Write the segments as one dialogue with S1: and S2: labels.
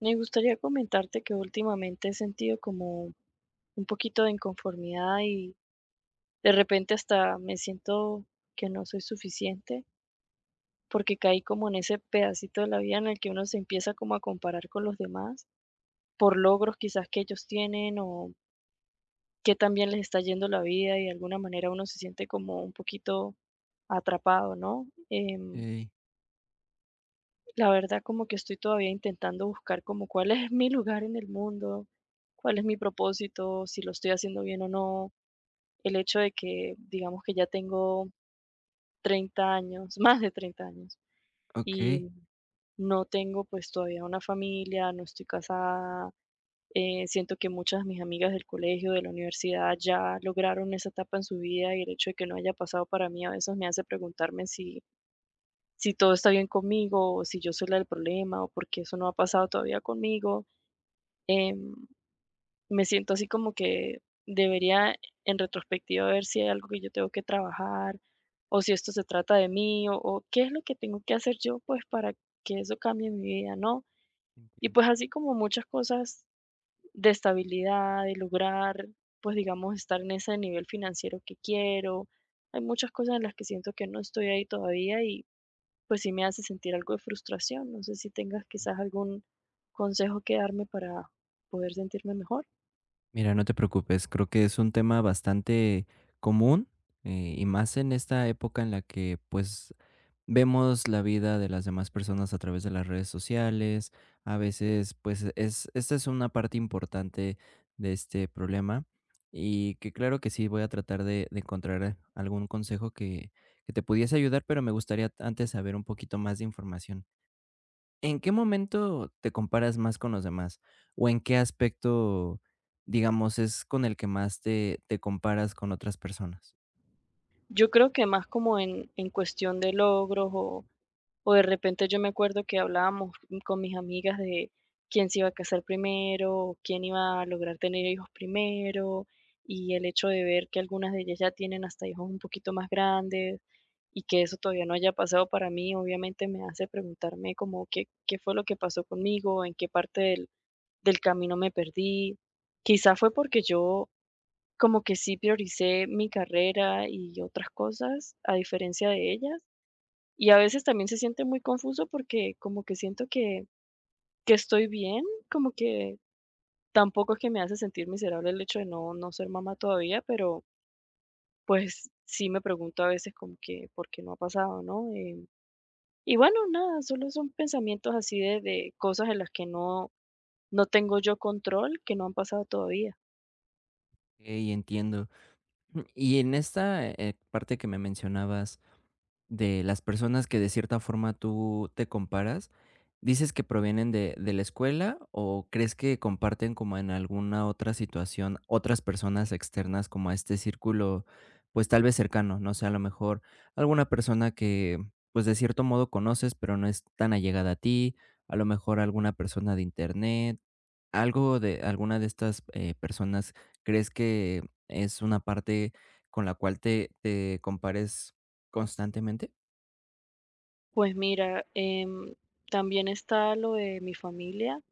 S1: Me gustaría comentarte que últimamente he sentido como un poquito de inconformidad y de repente hasta me siento que no soy suficiente porque caí como en ese pedacito de la vida en el que uno se empieza como a comparar con los demás por logros quizás que ellos tienen o que también les está yendo la vida y de alguna manera uno se siente como un poquito atrapado, ¿no?
S2: Okey,
S1: La verdad, como que estoy todavía intentando buscar como cuál es mi lugar en el mundo, cuál es mi propósito, si lo estoy haciendo bien o no. El hecho de que, digamos que ya tengo 30 años, más de 30 años,
S2: okey,
S1: y no tengo pues todavía una familia, no estoy casada. Siento que muchas de mis amigas del colegio, de la universidad, ya lograron esa etapa en su vida y el hecho de que no haya pasado para mí a veces me hace preguntarme si todo está bien conmigo, o si yo soy la del problema, o porque eso no ha pasado todavía conmigo. Em, Me siento así como que debería en retrospectiva ver si hay algo que yo tengo que trabajar, o si esto se trata de mí, o qué es lo que tengo que hacer yo pues para que eso cambie en mi vida, ¿no? Y
S2: entiendo.
S1: pues así como muchas cosas de estabilidad, de lograr, pues digamos, estar en ese nivel financiero que quiero. Hay muchas cosas en las que siento que no estoy ahí todavía y pues sí me hace sentir algo de frustración. No sé si tengas quizás algún consejo que darme para poder sentirme mejor.
S2: Mira, no te preocupes, creo que es un tema bastante común, y más en esta época en la que, pues, vemos la vida de las demás personas a través de las redes sociales. A veces, pues, es esta es una parte importante de este problema, y que claro que sí voy a tratar de encontrar algún consejo que te pudiese ayudar, pero me gustaría antes saber un poquito más de información. ¿En qué momento te comparas más con los demás? ¿O en qué aspecto, digamos, es con el que más te comparas con otras personas?
S1: Yo creo que más como en cuestión de logros o de repente yo me acuerdo que hablábamos con mis amigas de quién se iba a casar primero, o quién iba a lograr tener hijos primero, y el hecho de ver que algunas de ellas ya tienen hasta hijos un poquito más grandes y que eso todavía no haya pasado para mí, obviamente me hace preguntarme como qué, qué fue lo que pasó conmigo, en qué parte del camino me perdí. Quizá fue porque yo como que sí prioricé mi carrera y otras cosas a diferencia de ellas. Y a veces también se siente muy confuso porque como que siento que estoy bien, como que tampoco es que me hace sentir miserable el hecho de no, no ser mamá todavía, pero pues sí me pregunto a veces como que por qué no ha pasado, ¿no? Y bueno, nada, solo son pensamientos así de cosas en las que no, no tengo yo control, que no han pasado todavía.
S2: Okey, entiendo. Y en esta, parte que me mencionabas, de las personas que de cierta forma tú te comparas, ¿dices que provienen de la escuela o crees que comparten como en alguna otra situación otras personas externas como a este círculo, pues tal vez cercano? No sé, a lo mejor alguna persona que, pues de cierto modo conoces, pero no es tan allegada a ti, a lo mejor alguna persona de internet, algo de alguna de estas, personas, ¿crees que es una parte con la cual te compares constantemente?
S1: Pues mira, también está lo de mi familia.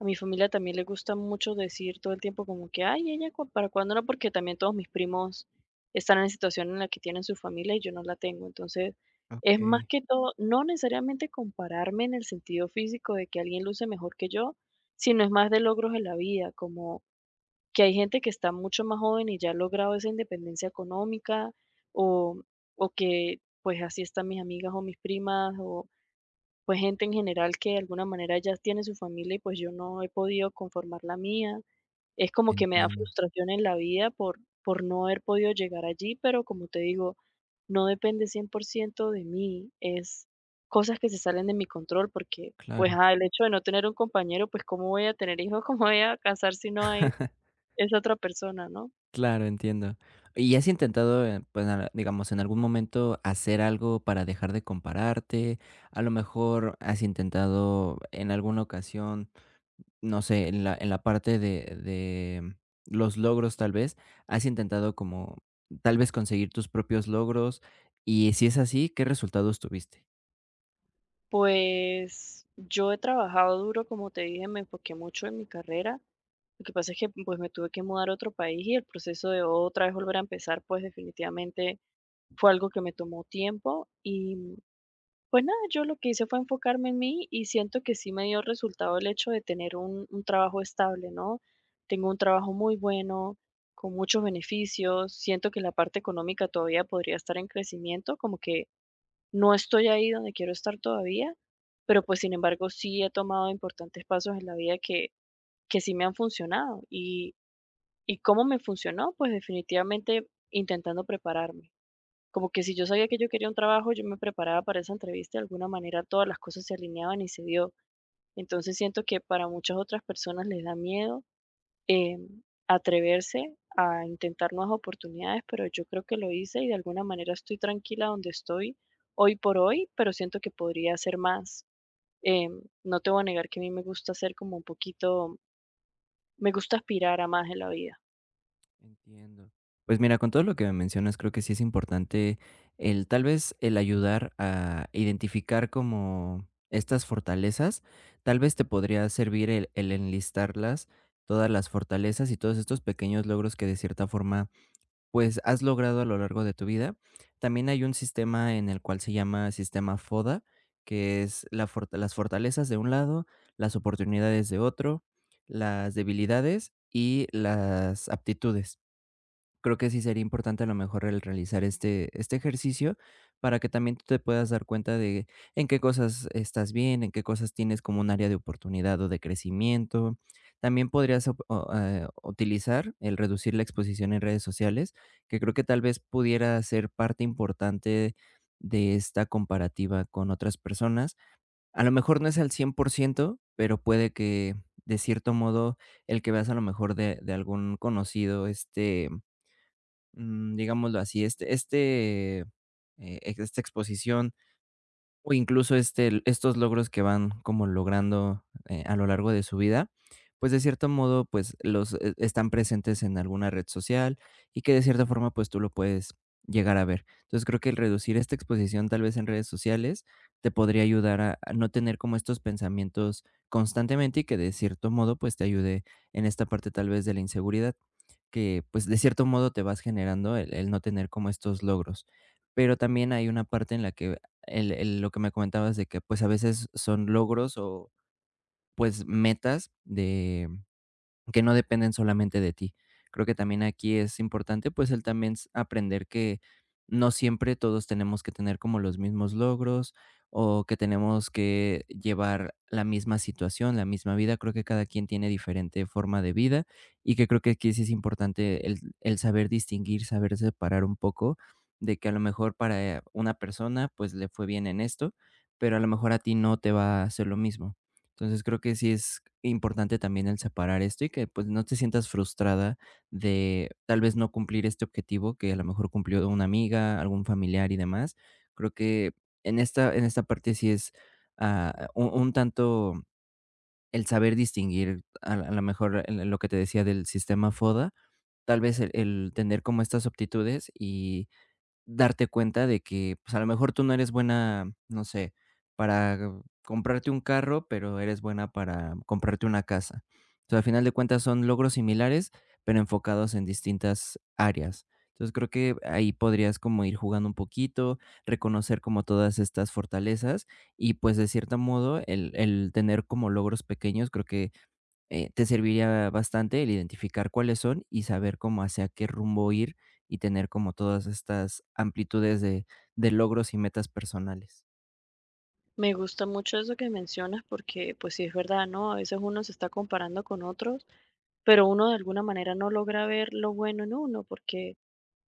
S1: A mi familia también le gusta mucho decir todo el tiempo como que, ay, ella, ¿para cuándo no? Porque también todos mis primos están en la situación en la que tienen su familia y yo no la tengo. Entonces, es más
S2: Okey,
S1: que todo, no necesariamente compararme en el sentido físico de que alguien luce mejor que yo, sino es más de logros en la vida, como que hay gente que está mucho más joven y ya ha logrado esa independencia económica o, o que pues así están mis amigas o mis primas o pues gente en general que de alguna manera ya tiene su familia y pues yo no he podido conformar la mía. Es como que me da
S2: entiendo.
S1: frustración en la vida por no haber podido llegar allí, pero como te digo, no depende 100% de mí, es cosas que se salen de mi control porque pues
S2: Claro.
S1: ah, el hecho de no tener un compañero, pues cómo voy a tener hijos, cómo voy a casar si no hay esa otra persona, ¿no?
S2: Claro, entiendo. ¿Y has intentado, pues, digamos, en algún momento hacer algo para dejar de compararte? A lo mejor, ¿has intentado en alguna ocasión, no sé, en la parte de los logros, tal vez, has intentado como, tal vez, conseguir tus propios logros? Y si es así, ¿qué resultados tuviste?
S1: Pues yo he trabajado duro, como te dije, me enfoqué mucho en mi carrera. Lo que pasa es que pues me tuve que mudar a otro país y el proceso de otra vez volver a empezar, pues definitivamente fue algo que me tomó tiempo y pues nada, yo lo que hice fue enfocarme en mí y siento que sí me dio resultado el hecho de tener un trabajo estable, ¿no? Tengo un trabajo muy bueno, con muchos beneficios, siento que la parte económica todavía podría estar en crecimiento, como que no estoy ahí donde quiero estar todavía, pero, pues, sin embargo, sí he tomado importantes pasos en la vida que sí me han funcionado. Y cómo me funcionó? Pues, definitivamente intentando prepararme. Como que si yo sabía que yo quería un trabajo, yo me preparaba para esa entrevista, de alguna manera todas las cosas se alineaban y se dio. Entonces, siento que para muchas otras personas les da miedo atreverse a intentar nuevas oportunidades, pero yo creo que lo hice y de alguna manera estoy tranquila donde estoy hoy por hoy, pero siento que podría hacer más. No te voy a negar que a mí me gusta ser como un poquito, me gusta aspirar a más en la vida.
S2: Entiendo. Pues mira, con todo lo que me mencionas, creo que sí es importante el tal vez el ayudar a identificar como estas fortalezas, tal vez te podría servir el enlistarlas, todas las fortalezas y todos estos pequeños logros que de cierta forma pues has logrado a lo largo de tu vida. También hay un sistema en el cual se llama sistema FODA, que es la las fortalezas de un lado, las oportunidades de otro, las debilidades y las aptitudes. Creo que sí sería importante a lo mejor el realizar este, este ejercicio para que también tú te puedas dar cuenta de en qué cosas estás bien, en qué cosas tienes como un área de oportunidad o de crecimiento. También podrías utilizar el reducir la exposición en redes sociales, que creo que tal vez pudiera ser parte importante de esta comparativa con otras personas. A lo mejor no es al 100% pero puede que de cierto modo el que veas a lo mejor de algún conocido, digámoslo así, esta exposición o incluso, este, estos logros que van como logrando, a lo largo de su vida, pues, de cierto modo, pues, los están presentes en alguna red social y que de cierta forma, pues, tú lo puedes llegar a ver. Entonces, creo que el reducir esta exposición, tal vez, en redes sociales, te podría ayudar a no tener como estos pensamientos constantemente y que de cierto modo, pues, te ayude en esta parte, tal vez, de la inseguridad que, pues, de cierto modo te vas generando el no tener como estos logros. Pero también hay una parte en la que el lo que me comentabas de que, pues, a veces son logros o, pues, metas de que no dependen solamente de ti. Creo que también aquí es importante, pues, el también s aprender que no siempre todos tenemos que tener como los mismos logros, o que tenemos que llevar la misma situación, la misma vida. Creo que cada quien tiene diferente forma de vida, y que creo que aquí sí es importante el saber distinguir, saber separar un poco, de que a lo mejor para una persona, pues, le fue bien en esto, pero a lo mejor a ti no te va a hacer lo mismo. Entonces, creo que sí es importante también el separar esto y que, pues, no te sientas frustrada de tal vez no cumplir este objetivo que a lo mejor cumplió una amiga, algún familiar y demás. Creo que en esta parte sí es, un tanto el saber distinguir a la mejor, lo que te decía del sistema FODA, tal vez el tener como estas aptitudes y darte cuenta de que, pues, a lo mejor tú no eres buena, no sé, para comprarte un carro, pero eres buena para comprarte una casa. Entonces, al final de cuentas son logros similares, pero enfocados en distintas áreas. Entonces, creo que ahí podrías como ir jugando un poquito, reconocer como todas estas fortalezas y, pues, de cierto modo, el tener como logros pequeños, creo que te serviría bastante el identificar cuáles son y saber cómo hacia qué rumbo ir y tener como todas estas amplitudes de logros y metas personales.
S1: Me gusta mucho eso que mencionas porque pues sí es verdad, ¿no? A veces uno se está comparando con otros, pero uno de alguna manera no logra ver lo bueno en uno porque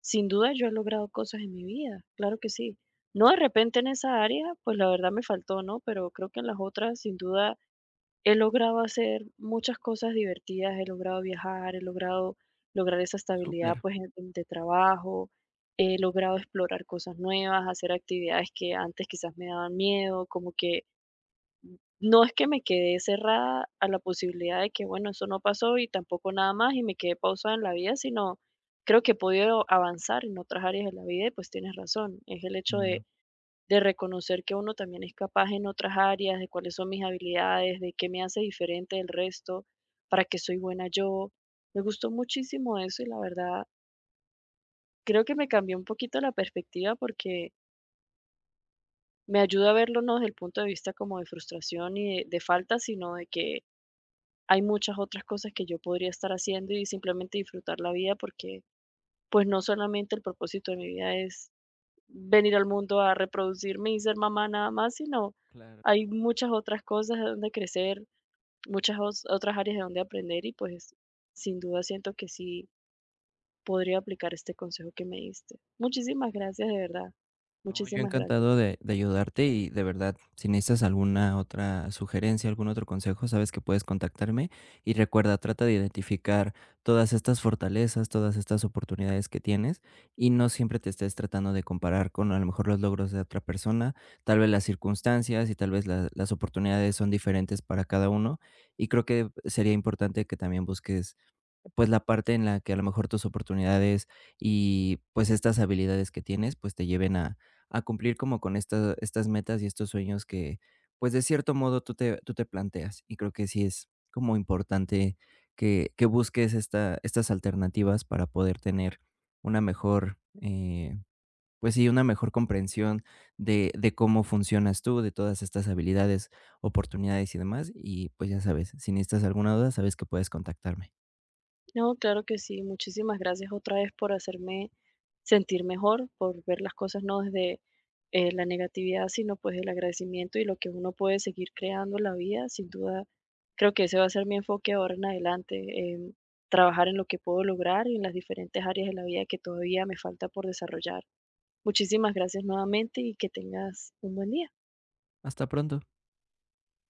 S1: sin duda, yo he logrado cosas en mi vida, claro que sí. No de repente en esa área, pues la verdad me faltó, ¿no? Pero creo que en las otras, sin duda, he logrado hacer muchas cosas divertidas, he logrado viajar, he logrado lograr esa
S2: Súper.
S1: estabilidad, pues, de trabajo, he logrado explorar cosas nuevas, hacer actividades que antes quizás me daban miedo, como que no es que me quedé cerrada a la posibilidad de que, bueno, eso no pasó y tampoco nada más y me quedé pausada en la vida, sino creo que he podido avanzar en otras áreas de la vida y pues tienes razón, es el hecho
S2: Mm.
S1: de reconocer que uno también es capaz en otras áreas, de cuáles son mis habilidades, de qué me hace diferente del resto, para qué soy buena yo. Me gustó muchísimo eso y la verdad creo que me cambió un poquito la perspectiva porque me ayuda a verlo no desde el punto de vista como de frustración y de falta, sino de que hay muchas otras cosas que yo podría estar haciendo y simplemente disfrutar la vida porque, pues, no solamente el propósito de mi vida es venir al mundo a reproducirme y ser mamá nada más, sino
S2: Claro.
S1: hay muchas otras cosas de donde crecer, muchas otras áreas de donde aprender y pues sin duda siento que sí podría aplicar este consejo que me diste. Muchísimas gracias, de verdad.
S2: No, yo
S1: Muchísimas gracias.
S2: encantado de ayudarte y de verdad, si necesitas alguna otra sugerencia, algún otro consejo, sabes que puedes contactarme y recuerda, trata de identificar todas estas fortalezas, todas estas oportunidades que tienes y no siempre te estés tratando de comparar con a lo mejor los logros de otra persona, tal vez las circunstancias y tal vez las oportunidades son diferentes para cada uno y creo que sería importante que también busques pues, la parte en la que a lo mejor tus oportunidades y, pues, estas habilidades que tienes, pues, te lleven a cumplir como con estas metas y estos sueños que, pues, de cierto modo tú te planteas. Y creo que sí es como importante que busques estas alternativas para poder tener una mejor, pues sí, una mejor comprensión de cómo funcionas tú, de todas estas habilidades, oportunidades y demás. Y, pues, ya sabes, si necesitas alguna duda, sabes que puedes contactarme.
S1: No, claro que sí. Muchísimas gracias otra vez por hacerme sentir mejor, por ver las cosas no desde la negatividad, sino pues el agradecimiento y lo que uno puede seguir creando en la vida. Sin duda, creo que ese va a ser mi enfoque ahora en adelante, en trabajar en lo que puedo lograr y en las diferentes áreas de la vida que todavía me falta por desarrollar. Muchísimas gracias nuevamente y que tengas un buen día.
S2: Hasta pronto.